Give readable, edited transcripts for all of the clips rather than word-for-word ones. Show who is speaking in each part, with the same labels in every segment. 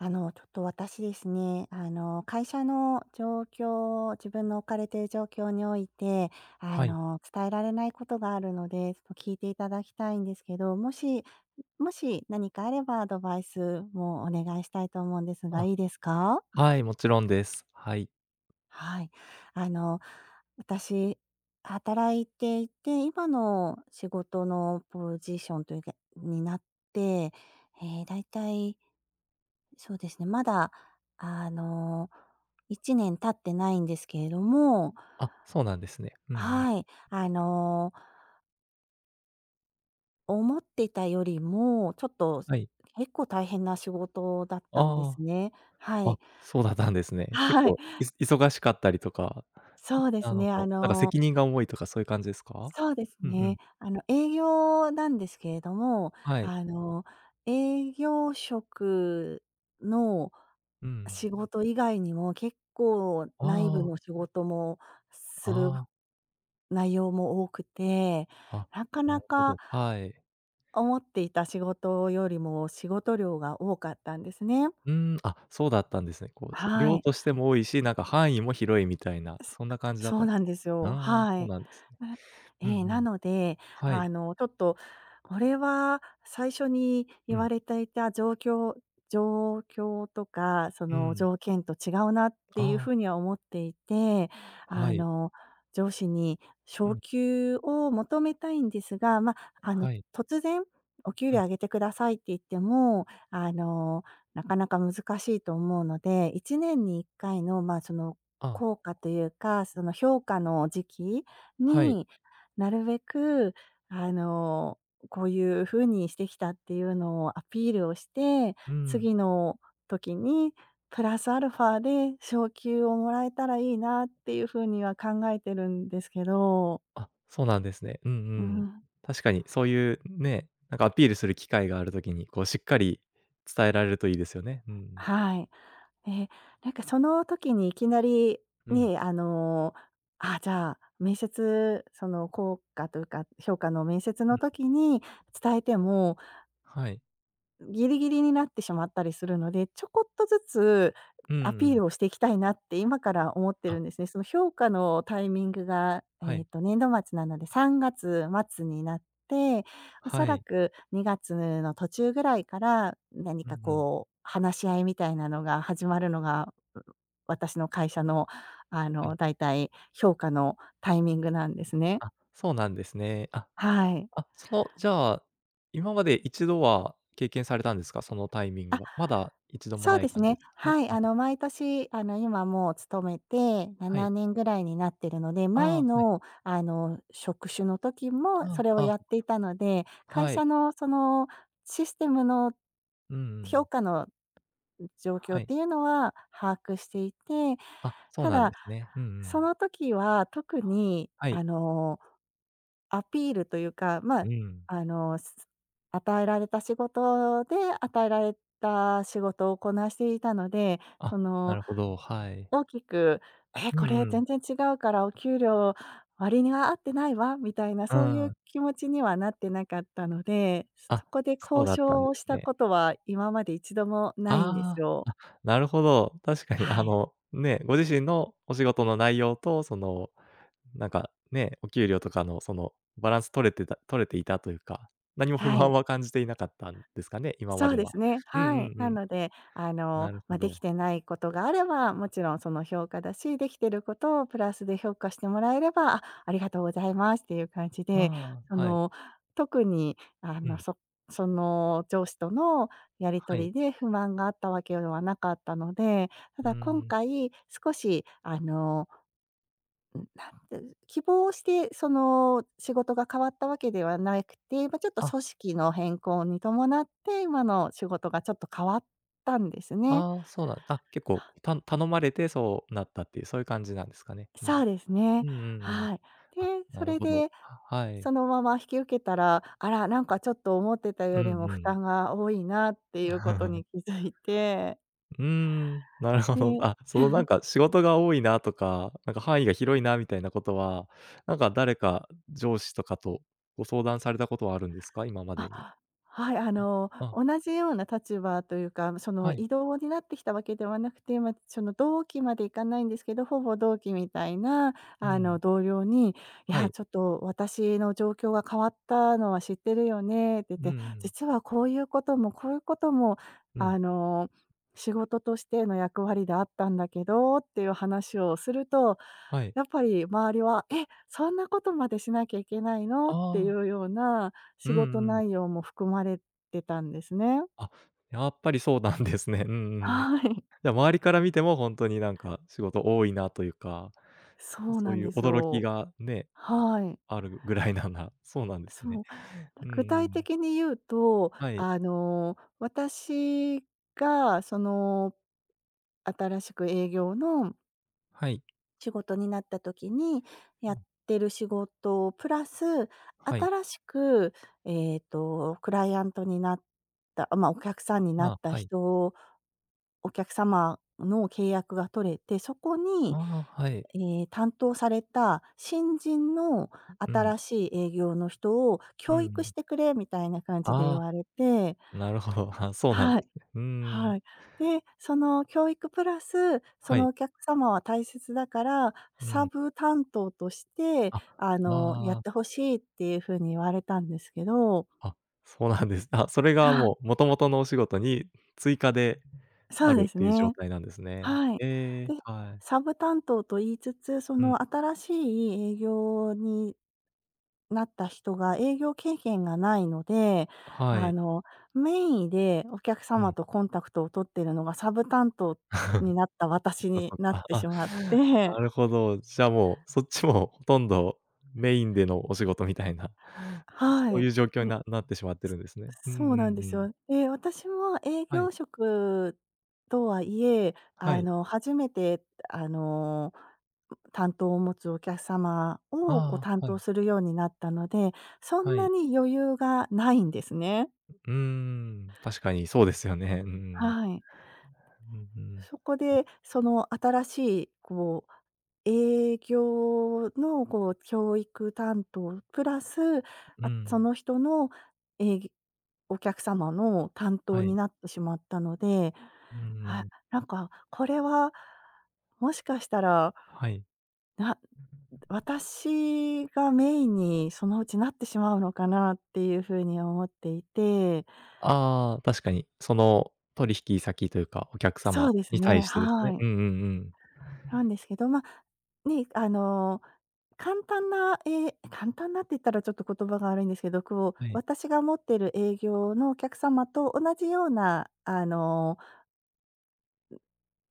Speaker 1: ちょっと私ですね、会社の状況、自分の置かれている状況において、
Speaker 2: はい。
Speaker 1: 伝えられないことがあるので、ちょっと聞いていただきたいんですけど、もし何かあればアドバイスもお願いしたいと思うんですが、
Speaker 2: あ、
Speaker 1: いいですか？
Speaker 2: はい、もちろんです。はい。
Speaker 1: はい。あの、私、働いていて、今の仕事のポジションというかになって、ええ、だいたいそうですね、まだ、あの、1年経ってないんですけれども、
Speaker 2: あ、そうなんですね。うんうん。
Speaker 1: はい、思ってたよりも、ちょっと
Speaker 2: はい。
Speaker 1: 結構大変な仕事だったんで
Speaker 2: あ
Speaker 1: すね。はい。
Speaker 2: そうだったんですね。結
Speaker 1: はい。
Speaker 2: 構、忙しかったりとか、
Speaker 1: そうで
Speaker 2: あ
Speaker 1: す
Speaker 2: の、
Speaker 1: ね、あ
Speaker 2: こう、なんか
Speaker 1: の
Speaker 2: 責任が重いとかそういう感じですか？
Speaker 1: そうです
Speaker 2: うんう
Speaker 1: ね。
Speaker 2: ん。
Speaker 1: 営業なんですけれども、
Speaker 2: はい。
Speaker 1: あの、営業職の
Speaker 2: うん。
Speaker 1: 仕事以外にも、結構内部
Speaker 2: あ
Speaker 1: の仕事も
Speaker 2: あ、
Speaker 1: する
Speaker 2: あ
Speaker 1: 内容も多くて、
Speaker 2: あ、
Speaker 1: なか
Speaker 2: あ、な
Speaker 1: な
Speaker 2: るほ
Speaker 1: か
Speaker 2: ど、はい。
Speaker 1: 思っていた仕事よりも仕事量が多かったんですね。
Speaker 2: そうだったんですね。
Speaker 1: は
Speaker 2: 量
Speaker 1: い。
Speaker 2: としても多いし、なんか範囲も広いみたいな、
Speaker 1: す
Speaker 2: そんな感じだっ
Speaker 1: そ
Speaker 2: た
Speaker 1: う
Speaker 2: んで
Speaker 1: なん
Speaker 2: すか。
Speaker 1: ですよ。
Speaker 2: ああ、
Speaker 1: は
Speaker 2: そう
Speaker 1: い。
Speaker 2: なんですね。
Speaker 1: な
Speaker 2: う
Speaker 1: え
Speaker 2: ん
Speaker 1: え、
Speaker 2: う
Speaker 1: な
Speaker 2: ん。
Speaker 1: ので、
Speaker 2: はい。
Speaker 1: ちょっと、これは最初に
Speaker 2: う
Speaker 1: 言わ
Speaker 2: ん、
Speaker 1: れていた状況とか、そ
Speaker 2: う
Speaker 1: の
Speaker 2: ん。
Speaker 1: 条件と違うなっていう
Speaker 2: あ
Speaker 1: 風には思っていて、
Speaker 2: あ、
Speaker 1: あ
Speaker 2: はい。
Speaker 1: の、上司に
Speaker 2: う
Speaker 1: 昇
Speaker 2: ん、
Speaker 1: 給を求めたいんですが、まあ、
Speaker 2: はい。
Speaker 1: 突然お給
Speaker 2: う
Speaker 1: 料
Speaker 2: ん。
Speaker 1: 上げてくださいって言っても、なかなか難しいと思うので、1年に1回の、まあ、その
Speaker 2: あ、
Speaker 1: 効果というか、その評価の時期
Speaker 2: はい。
Speaker 1: に、なるべくあの、こういう風にしてきたっていうのをアピールをして、
Speaker 2: うん。
Speaker 1: 次の時にプラスアルファで昇給をもらえたらいいなっていう風には考えてるんですけど。
Speaker 2: あ、そうなんですね。うんう
Speaker 1: う
Speaker 2: ん。
Speaker 1: ん、
Speaker 2: 確かにそういうね、なんかアピールする機会があるときに、こうしっかり伝えられるといいですよね。うんうん。
Speaker 1: はい。ええ、なんかその時にいきなり、
Speaker 2: うん、
Speaker 1: ね、あ、じゃあ、面接、その効果というか、評価の面接
Speaker 2: う
Speaker 1: の
Speaker 2: ん。
Speaker 1: 時に伝えても、
Speaker 2: はい。
Speaker 1: ギリギリになってしまったりするので、ちょこっとずつ
Speaker 2: うんう
Speaker 1: アピー
Speaker 2: ん
Speaker 1: ルをしていきたいなって今から思って
Speaker 2: あ
Speaker 1: るんですね。その評価のタイミングが、
Speaker 2: は
Speaker 1: えっ
Speaker 2: い。
Speaker 1: と、年度末なので3月末になって、おそ
Speaker 2: は
Speaker 1: ら
Speaker 2: い。
Speaker 1: く2月の途中ぐらいから、何
Speaker 2: うんう
Speaker 1: か
Speaker 2: ん。
Speaker 1: こう話し合いみたいなのが始まるのが、私の会社の、
Speaker 2: はい。
Speaker 1: だいたい評価のタイミングなんですね。
Speaker 2: あ、そうなんですね。
Speaker 1: はい。
Speaker 2: その、じゃあ、今まで一度は経験されたんですか？そのタイミングは。まだ一度も
Speaker 1: そう
Speaker 2: ない
Speaker 1: です
Speaker 2: 感じ
Speaker 1: ね。
Speaker 2: ですか？うん
Speaker 1: はい。
Speaker 2: うん。
Speaker 1: 毎年、今もう勤めて
Speaker 2: は
Speaker 1: 7
Speaker 2: い。
Speaker 1: 年ぐらいになってるので、
Speaker 2: あ
Speaker 1: 前
Speaker 2: あ、はい。
Speaker 1: の、職種の時も
Speaker 2: あ
Speaker 1: それを
Speaker 2: あ、ああ、
Speaker 1: やっ
Speaker 2: そっ
Speaker 1: てい
Speaker 2: か。
Speaker 1: たので、会
Speaker 2: はい。
Speaker 1: 社のそのシステムの
Speaker 2: うんうん。
Speaker 1: 評価の状況
Speaker 2: は
Speaker 1: っ
Speaker 2: い。
Speaker 1: ていうのは把握していて、
Speaker 2: あ、そう
Speaker 1: た
Speaker 2: なんで
Speaker 1: だ、
Speaker 2: すね。うんう
Speaker 1: そ
Speaker 2: ん。
Speaker 1: の時は特に
Speaker 2: はい。
Speaker 1: アピールというか、まあ、
Speaker 2: うん。
Speaker 1: あの、す与えられた仕事で、与えられた仕事をこなしていたので、
Speaker 2: あ、
Speaker 1: そ
Speaker 2: な
Speaker 1: の、
Speaker 2: るほど、はい。
Speaker 1: 大きく「え、
Speaker 2: う
Speaker 1: こ
Speaker 2: ん
Speaker 1: れ
Speaker 2: うん。
Speaker 1: 全然違うからお給料割には合ってないわ」みたいな、
Speaker 2: う
Speaker 1: そういう
Speaker 2: ん。
Speaker 1: 気持ちにはなってなかったので、そ
Speaker 2: あ、
Speaker 1: そこで
Speaker 2: そう
Speaker 1: 交
Speaker 2: だったん
Speaker 1: 渉
Speaker 2: で
Speaker 1: をし
Speaker 2: す
Speaker 1: た
Speaker 2: ね。
Speaker 1: ことは今まで一度もないんです
Speaker 2: あ
Speaker 1: よ。
Speaker 2: あ、なるほど。確かに
Speaker 1: は
Speaker 2: あ
Speaker 1: い。
Speaker 2: の、ね、ご自身のお仕事の内容と、その、なんか、ね、お給料とかのそのバランス取れてた取れていたというか、何も不
Speaker 1: は
Speaker 2: 満
Speaker 1: い。
Speaker 2: は感じていなかったんですかね？今ま
Speaker 1: そう
Speaker 2: で
Speaker 1: で
Speaker 2: は。
Speaker 1: すね、
Speaker 2: うんう
Speaker 1: は
Speaker 2: ん
Speaker 1: い。
Speaker 2: う
Speaker 1: な
Speaker 2: ん。
Speaker 1: ので、
Speaker 2: なる
Speaker 1: ま
Speaker 2: ほ
Speaker 1: あ、で
Speaker 2: ど。
Speaker 1: きてないことがあれば、もちろんその評価だし、できてることをプラスで評価してもらえれば、あ、ありがとうございますっていう感じで、
Speaker 2: あ
Speaker 1: そ
Speaker 2: あ、はい。
Speaker 1: の、特に、
Speaker 2: うん。
Speaker 1: その上司とのやり
Speaker 2: は
Speaker 1: 取
Speaker 2: い。
Speaker 1: りで不満があったわけではなかったので、た
Speaker 2: うー
Speaker 1: だ今
Speaker 2: ん。
Speaker 1: 回少し、あのう希望して、その、仕事が変わったわけではなくて、まあ、ちょっと
Speaker 2: あ
Speaker 1: 組織の変更に伴って、今の仕事がちょっと変わったんですね。
Speaker 2: ああ、そうなんあ、結構、頼まれてそうなったっていう、そういう感じなんですかね。うん。
Speaker 1: そうですね。
Speaker 2: うんうんうん。
Speaker 1: はい。
Speaker 2: あ、
Speaker 1: で、そ
Speaker 2: なる
Speaker 1: れ
Speaker 2: ほど。
Speaker 1: で、
Speaker 2: はい。
Speaker 1: そのまま引き受けたら、あら、なんかちょっと思ってた
Speaker 2: う
Speaker 1: よ
Speaker 2: んう
Speaker 1: りも負
Speaker 2: ん。
Speaker 1: 担が多いなっていうことに気 づいて、
Speaker 2: うーん、なるほど。
Speaker 1: で
Speaker 2: あ、そのなんか仕事が多いなとか、なんか範囲が広いなみたいなことは、なんか誰か上司とかとご相談されたことはあるんですか？今までに。
Speaker 1: あ、はい、
Speaker 2: あ、
Speaker 1: 同じような立場というか、その、
Speaker 2: はい。
Speaker 1: 異動になってきたわけではなくて、ま、その、同期までいかないんですけど、ほぼ同期みたいな、
Speaker 2: うん。
Speaker 1: 同僚に、「い
Speaker 2: は
Speaker 1: や、
Speaker 2: い。
Speaker 1: ちょっと私の状況が変わったのは知ってるよね」って言っ
Speaker 2: うんう
Speaker 1: て、
Speaker 2: ん。
Speaker 1: 「実はこういうことも、こういうことも、
Speaker 2: う
Speaker 1: あ
Speaker 2: ん。
Speaker 1: の、仕事としての役割であったんだけど」っていう話をすると、
Speaker 2: はい。
Speaker 1: やっぱり周りは、「え、そんなことまでしなきゃいけないの？」ってい
Speaker 2: あ
Speaker 1: う
Speaker 2: あ。
Speaker 1: ような
Speaker 2: う
Speaker 1: 仕事
Speaker 2: んうん。
Speaker 1: 内容も含まれてたんですね。
Speaker 2: あ、やっぱりそうなんですね。うんうんうん。
Speaker 1: はい。
Speaker 2: じゃあ、周りから見ても本当になんか仕事多いなというか、
Speaker 1: そう
Speaker 2: そ
Speaker 1: な
Speaker 2: う
Speaker 1: ん
Speaker 2: いう
Speaker 1: です
Speaker 2: 驚き
Speaker 1: よ。
Speaker 2: がね、
Speaker 1: はい。
Speaker 2: あるぐらいなんだ。そうなんです
Speaker 1: そ
Speaker 2: ね。
Speaker 1: う。
Speaker 2: うん
Speaker 1: 具
Speaker 2: う
Speaker 1: 体
Speaker 2: ん。
Speaker 1: 的に言うと、
Speaker 2: はい。
Speaker 1: 私がその、新しく営業の
Speaker 2: はい。
Speaker 1: 仕事になった時に、
Speaker 2: う
Speaker 1: やっ
Speaker 2: ん。
Speaker 1: てる仕事プラス、
Speaker 2: はい。
Speaker 1: 新しく、えっと、クライアントになった、あ、まあ、お客さんにな
Speaker 2: あ
Speaker 1: っ
Speaker 2: あ、
Speaker 1: た
Speaker 2: はい。
Speaker 1: 人をお客様の契約が取れて、そこに、
Speaker 2: ああ、はい。
Speaker 1: 担当された新人の
Speaker 2: うん。
Speaker 1: 新しい営業の人を
Speaker 2: う
Speaker 1: 教育し
Speaker 2: ん。
Speaker 1: てくれみたいな感じで言
Speaker 2: あ
Speaker 1: われて
Speaker 2: あ、なるほど。あ、そうなん
Speaker 1: は
Speaker 2: で
Speaker 1: い。
Speaker 2: すね。うーん。
Speaker 1: はい。で、その教育プラス、そ
Speaker 2: は
Speaker 1: の
Speaker 2: い。
Speaker 1: お客様は大切だから、
Speaker 2: う
Speaker 1: サ
Speaker 2: ん。
Speaker 1: ブ担当として、
Speaker 2: あ、
Speaker 1: やっ
Speaker 2: あ
Speaker 1: て
Speaker 2: あ、
Speaker 1: 欲しいっていう風に言われたんですけど
Speaker 2: あ、そうなんです。あ、それが
Speaker 1: はい、
Speaker 2: もう元々のお仕事に追加で
Speaker 1: そ
Speaker 2: あ
Speaker 1: う
Speaker 2: る
Speaker 1: で
Speaker 2: っ
Speaker 1: す
Speaker 2: ていう状
Speaker 1: ね。
Speaker 2: 態なんですね。
Speaker 1: はい。
Speaker 2: ええ、
Speaker 1: で、
Speaker 2: はい。
Speaker 1: サブ担当と言いつつ、そ
Speaker 2: うん。
Speaker 1: の新しい営業になった人が営業経験がないので、
Speaker 2: は
Speaker 1: あ
Speaker 2: い。
Speaker 1: の、メインでお客
Speaker 2: う
Speaker 1: 様
Speaker 2: ん。
Speaker 1: とコンタクトを取ってるのがサブ担当になった私に
Speaker 2: そっ
Speaker 1: なっ
Speaker 2: か。
Speaker 1: てし
Speaker 2: あ、
Speaker 1: まっ
Speaker 2: な
Speaker 1: て
Speaker 2: るほど。じゃあ、もうそっちもほとんどメインでのお仕事みたいな、
Speaker 1: は
Speaker 2: そういう状況
Speaker 1: い。ん、
Speaker 2: にななってしまってるんですね。うんう
Speaker 1: そう
Speaker 2: ん
Speaker 1: なんで
Speaker 2: う
Speaker 1: す
Speaker 2: ん。
Speaker 1: よ。で、私も営
Speaker 2: は
Speaker 1: 業
Speaker 2: い、
Speaker 1: 職とはいえ、
Speaker 2: はい。
Speaker 1: 初めて、あの、担当を持つお客様を、こう、
Speaker 2: ああ、
Speaker 1: 担
Speaker 2: は
Speaker 1: 当
Speaker 2: い、
Speaker 1: するようになったので、そん
Speaker 2: は
Speaker 1: な
Speaker 2: い。
Speaker 1: に余裕がないんですね。
Speaker 2: うーん、確かにそうですよね。うん、
Speaker 1: はい。
Speaker 2: うんうん。
Speaker 1: そこで、その新しい、こう、営業のこう教育担当プラス、
Speaker 2: うんう
Speaker 1: あ、そ
Speaker 2: ん
Speaker 1: の人の、えいお客様の担当
Speaker 2: は
Speaker 1: に
Speaker 2: い。
Speaker 1: なってしまったので、
Speaker 2: うんう
Speaker 1: あ、
Speaker 2: ん。
Speaker 1: なんかこれは、もしかしたら、
Speaker 2: はい。
Speaker 1: な私がメインにそのうちなってしまうのかなっていう風に思っていて。
Speaker 2: ああ、確かに。その取引先というか、お客
Speaker 1: そう
Speaker 2: 様
Speaker 1: です
Speaker 2: に
Speaker 1: ね、
Speaker 2: 対してです
Speaker 1: は
Speaker 2: ね。
Speaker 1: い。
Speaker 2: うんうんうん。
Speaker 1: なんですけど、ま、ね、簡単な、えー簡単なって言ったらちょっと言葉が悪いんですけど、こう、
Speaker 2: はい、
Speaker 1: 私が持ってる営業のお客様と同じような、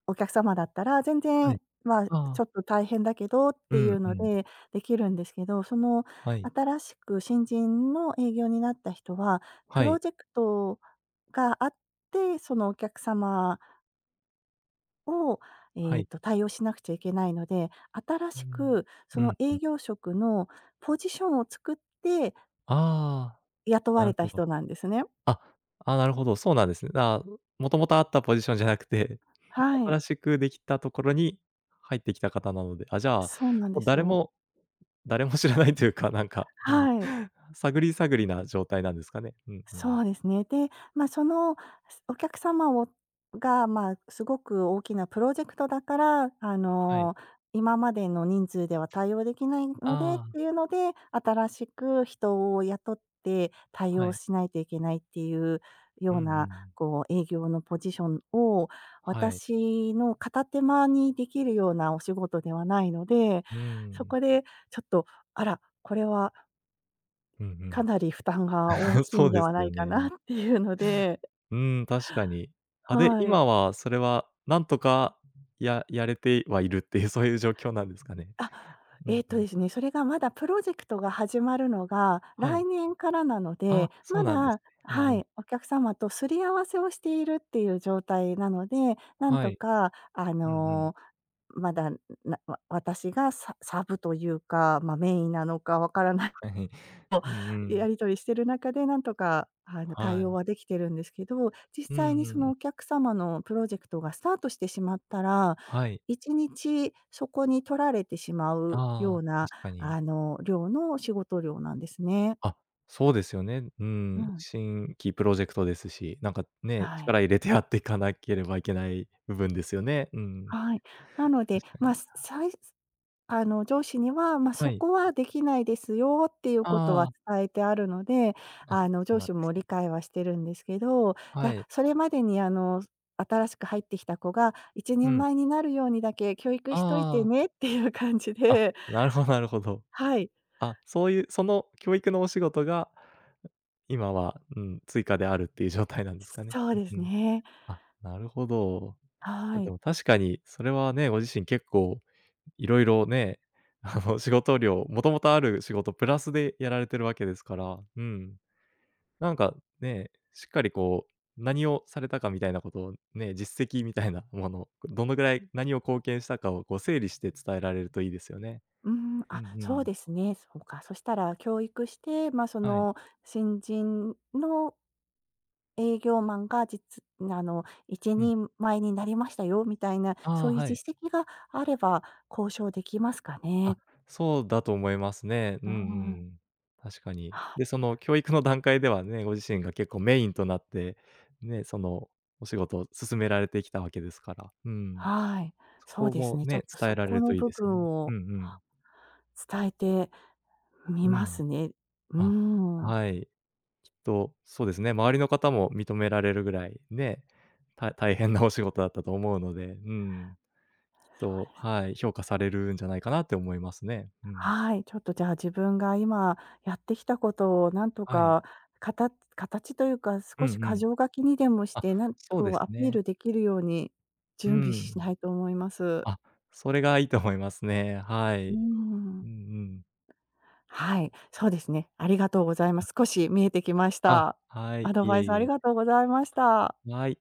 Speaker 1: お客様だったら、全
Speaker 2: は
Speaker 1: 然、
Speaker 2: い。
Speaker 1: まあ、ちょ
Speaker 2: あ
Speaker 1: っ
Speaker 2: あ、
Speaker 1: と大変だけどっ
Speaker 2: う
Speaker 1: てい
Speaker 2: ん
Speaker 1: う
Speaker 2: う
Speaker 1: の
Speaker 2: ん。
Speaker 1: でできるんですけど、その
Speaker 2: はい、
Speaker 1: 新しく新人の営業になった人は、プ
Speaker 2: は
Speaker 1: ロ
Speaker 2: い、
Speaker 1: ジェクトがあって、そのお客様を、
Speaker 2: は
Speaker 1: えっ
Speaker 2: い。
Speaker 1: と、対応しなくちゃいけないので、新
Speaker 2: う
Speaker 1: し
Speaker 2: ん。
Speaker 1: くそ
Speaker 2: う
Speaker 1: の
Speaker 2: ん、う
Speaker 1: 営
Speaker 2: ん。
Speaker 1: 業職のポジションを作って
Speaker 2: あ
Speaker 1: 雇
Speaker 2: あ、
Speaker 1: わ
Speaker 2: な
Speaker 1: れ
Speaker 2: る
Speaker 1: た
Speaker 2: ほど。
Speaker 1: 人なんですね。
Speaker 2: あ、なるほど、そうなんですね。あ、もともとあったポジションじゃなくて、
Speaker 1: はい。
Speaker 2: 新しくできたところに入ってきた方なので、あ、じゃあ、
Speaker 1: そうなんで
Speaker 2: もう
Speaker 1: す
Speaker 2: 誰
Speaker 1: よ。
Speaker 2: も誰も知らないというか、なんか、うん、
Speaker 1: はい。
Speaker 2: 探り探りな状態なんですかね。うんう
Speaker 1: そ
Speaker 2: ん。
Speaker 1: うですね。で、まあ、その、お客様を、まあ、すごく大きなプロジェクトだから、
Speaker 2: はい。
Speaker 1: 今までの人数では対応できないのでっ
Speaker 2: あ
Speaker 1: ていうので、新しく人を雇って
Speaker 2: あ、
Speaker 1: 対
Speaker 2: は
Speaker 1: 応
Speaker 2: い。
Speaker 1: しないといけないっていう
Speaker 2: う
Speaker 1: よ
Speaker 2: ん
Speaker 1: う
Speaker 2: う
Speaker 1: な、
Speaker 2: ん。
Speaker 1: こう営業のポジションを、
Speaker 2: はい。
Speaker 1: 私の片手間にできるようなお仕事ではないので、
Speaker 2: う
Speaker 1: そ
Speaker 2: ん。
Speaker 1: こでちょっと、あら、これは
Speaker 2: うんう
Speaker 1: か
Speaker 2: ん。
Speaker 1: なり負担が大 きい
Speaker 2: そ
Speaker 1: ん
Speaker 2: う
Speaker 1: で
Speaker 2: で
Speaker 1: は
Speaker 2: す
Speaker 1: な
Speaker 2: よ
Speaker 1: いかなっ
Speaker 2: ね。
Speaker 1: ていうので、
Speaker 2: うーん、確かに。あ、で、
Speaker 1: はい。
Speaker 2: 今はそれはなんとかやれてはいるっていう、そういう状況なんですかね？
Speaker 1: あ、
Speaker 2: うん
Speaker 1: えっ
Speaker 2: う
Speaker 1: と
Speaker 2: ん。
Speaker 1: ですね、それがまだプロジェクトが始まるのが
Speaker 2: はい。
Speaker 1: 来年からなの
Speaker 2: あ、
Speaker 1: で、
Speaker 2: そ
Speaker 1: ま
Speaker 2: うなんです
Speaker 1: だ
Speaker 2: ね。うん
Speaker 1: は
Speaker 2: うん。
Speaker 1: い、お客様とすり合わせをしているっていう状態なので、なん
Speaker 2: は
Speaker 1: と
Speaker 2: い。
Speaker 1: か
Speaker 2: うんうん。
Speaker 1: まだ、私がサブというか、ま、メインなのかわからない
Speaker 2: はい。うんうん。
Speaker 1: やり取りしてる中で、なんとか、
Speaker 2: は
Speaker 1: 対応
Speaker 2: い。
Speaker 1: はできてるんですけど、実
Speaker 2: うん
Speaker 1: 際
Speaker 2: う
Speaker 1: にそ
Speaker 2: んう
Speaker 1: のお
Speaker 2: ん。
Speaker 1: 客様のプロジェクトがスタートしてしまったら、
Speaker 2: はい。
Speaker 1: 1日そこに取られてしまう
Speaker 2: あ
Speaker 1: よ
Speaker 2: あ、
Speaker 1: うな、
Speaker 2: 確かに。
Speaker 1: 仕事量なんですね。
Speaker 2: あ、そうですよね。う
Speaker 1: う
Speaker 2: ん、
Speaker 1: ん。
Speaker 2: 新規プロジェクトですし、なんかね、
Speaker 1: はい。
Speaker 2: 力入れてやっていかなければいけない部分ですよね。うん。
Speaker 1: はい。なので、
Speaker 2: 確か
Speaker 1: ま
Speaker 2: に。
Speaker 1: あ、上司には、まあ、
Speaker 2: は
Speaker 1: そ
Speaker 2: い。
Speaker 1: こはできないですよっていうことは
Speaker 2: あ
Speaker 1: 伝えてあるので、
Speaker 2: あ、あ、そ
Speaker 1: 上
Speaker 2: うなん
Speaker 1: 司
Speaker 2: で
Speaker 1: も
Speaker 2: す
Speaker 1: 理
Speaker 2: ね。
Speaker 1: 解はしてるんですけど、じ
Speaker 2: は
Speaker 1: ゃ、
Speaker 2: い。
Speaker 1: それまでに新しく入ってきた子が一
Speaker 2: う
Speaker 1: 人
Speaker 2: ん。
Speaker 1: 前になるようにだけ教育
Speaker 2: あ
Speaker 1: しといて
Speaker 2: あ。
Speaker 1: ねっていう感じ
Speaker 2: あ、
Speaker 1: で、
Speaker 2: なるほど、なるほど。
Speaker 1: はい、
Speaker 2: あ、そういうその教育のお仕事が、今は、うん、追加であるっていう状態なんですかね。
Speaker 1: そう
Speaker 2: う
Speaker 1: で
Speaker 2: ん
Speaker 1: す
Speaker 2: うん。
Speaker 1: ね。
Speaker 2: あ、なるほど。
Speaker 1: は
Speaker 2: で
Speaker 1: い。
Speaker 2: も確かにそれはね、ご自身結構いろいろね、あの、仕事量、もともとある仕事プラスでやられてるわけですから、うん。なんかね、しっかりこう、何をされたかみたいなことをね、実績みたいなもの、どのぐらい何を貢献したかをこう整理して伝えられるといいですよね。
Speaker 1: うん、
Speaker 2: うん
Speaker 1: あ、
Speaker 2: う
Speaker 1: そう
Speaker 2: ん。
Speaker 1: ですね、そうか。そしたら教育して、まあ、そ
Speaker 2: はい。
Speaker 1: の新人の営業マンが、実あの、一
Speaker 2: うん。
Speaker 1: 人前になりましたよみたいな、
Speaker 2: あ
Speaker 1: そう
Speaker 2: あ、
Speaker 1: いう
Speaker 2: はい。
Speaker 1: 実績があれば交渉できますか
Speaker 2: あ、
Speaker 1: ね？
Speaker 2: そうだと思いますね。うん
Speaker 1: うん。
Speaker 2: うん。確かに。
Speaker 1: は
Speaker 2: で、その教育の段階ではね、ご自身が結構メインとなって、ね、そのお仕事を進められてきたわけですから。うん。
Speaker 1: はい。
Speaker 2: そ
Speaker 1: そう
Speaker 2: こ
Speaker 1: です
Speaker 2: も
Speaker 1: ね、ちょ
Speaker 2: ね、
Speaker 1: っと
Speaker 2: 伝え
Speaker 1: そ
Speaker 2: られ
Speaker 1: こ
Speaker 2: る
Speaker 1: の
Speaker 2: といい
Speaker 1: 部
Speaker 2: ですよ
Speaker 1: 分
Speaker 2: ね。うん
Speaker 1: を
Speaker 2: うん。
Speaker 1: 伝えてみ
Speaker 2: う
Speaker 1: ま
Speaker 2: ん。
Speaker 1: すね。う
Speaker 2: あ、
Speaker 1: ん。
Speaker 2: はい。きっとそうですね、周りの方も認められるぐらいね、大変なお仕事だったと思うので、うん。きっ
Speaker 1: そ
Speaker 2: と、
Speaker 1: うですね。
Speaker 2: はい、評価されるんじゃないかなって思いますね。うん。
Speaker 1: はい、ちょっとじゃあ自分が今やってきたことをなんと
Speaker 2: はい。
Speaker 1: か、形形というか、
Speaker 2: う
Speaker 1: 少し
Speaker 2: んう
Speaker 1: 箇
Speaker 2: ん。
Speaker 1: 条書きにでもし
Speaker 2: あ、
Speaker 1: て、なん
Speaker 2: そう
Speaker 1: こ
Speaker 2: で
Speaker 1: う
Speaker 2: す
Speaker 1: アピー
Speaker 2: ね。
Speaker 1: ルできるように
Speaker 2: う
Speaker 1: 準備しな
Speaker 2: ん。
Speaker 1: いと思います。
Speaker 2: あ、それがいいと思いますね。は
Speaker 1: うー
Speaker 2: い。う
Speaker 1: ん。
Speaker 2: んうん。
Speaker 1: はい、そうですね。ありがとうございます。
Speaker 2: あ、
Speaker 1: 少し見えてきました。
Speaker 2: は
Speaker 1: ア
Speaker 2: い、
Speaker 1: ド
Speaker 2: い
Speaker 1: バ
Speaker 2: え
Speaker 1: イス
Speaker 2: い
Speaker 1: あり
Speaker 2: え。
Speaker 1: がとうございました。
Speaker 2: はい。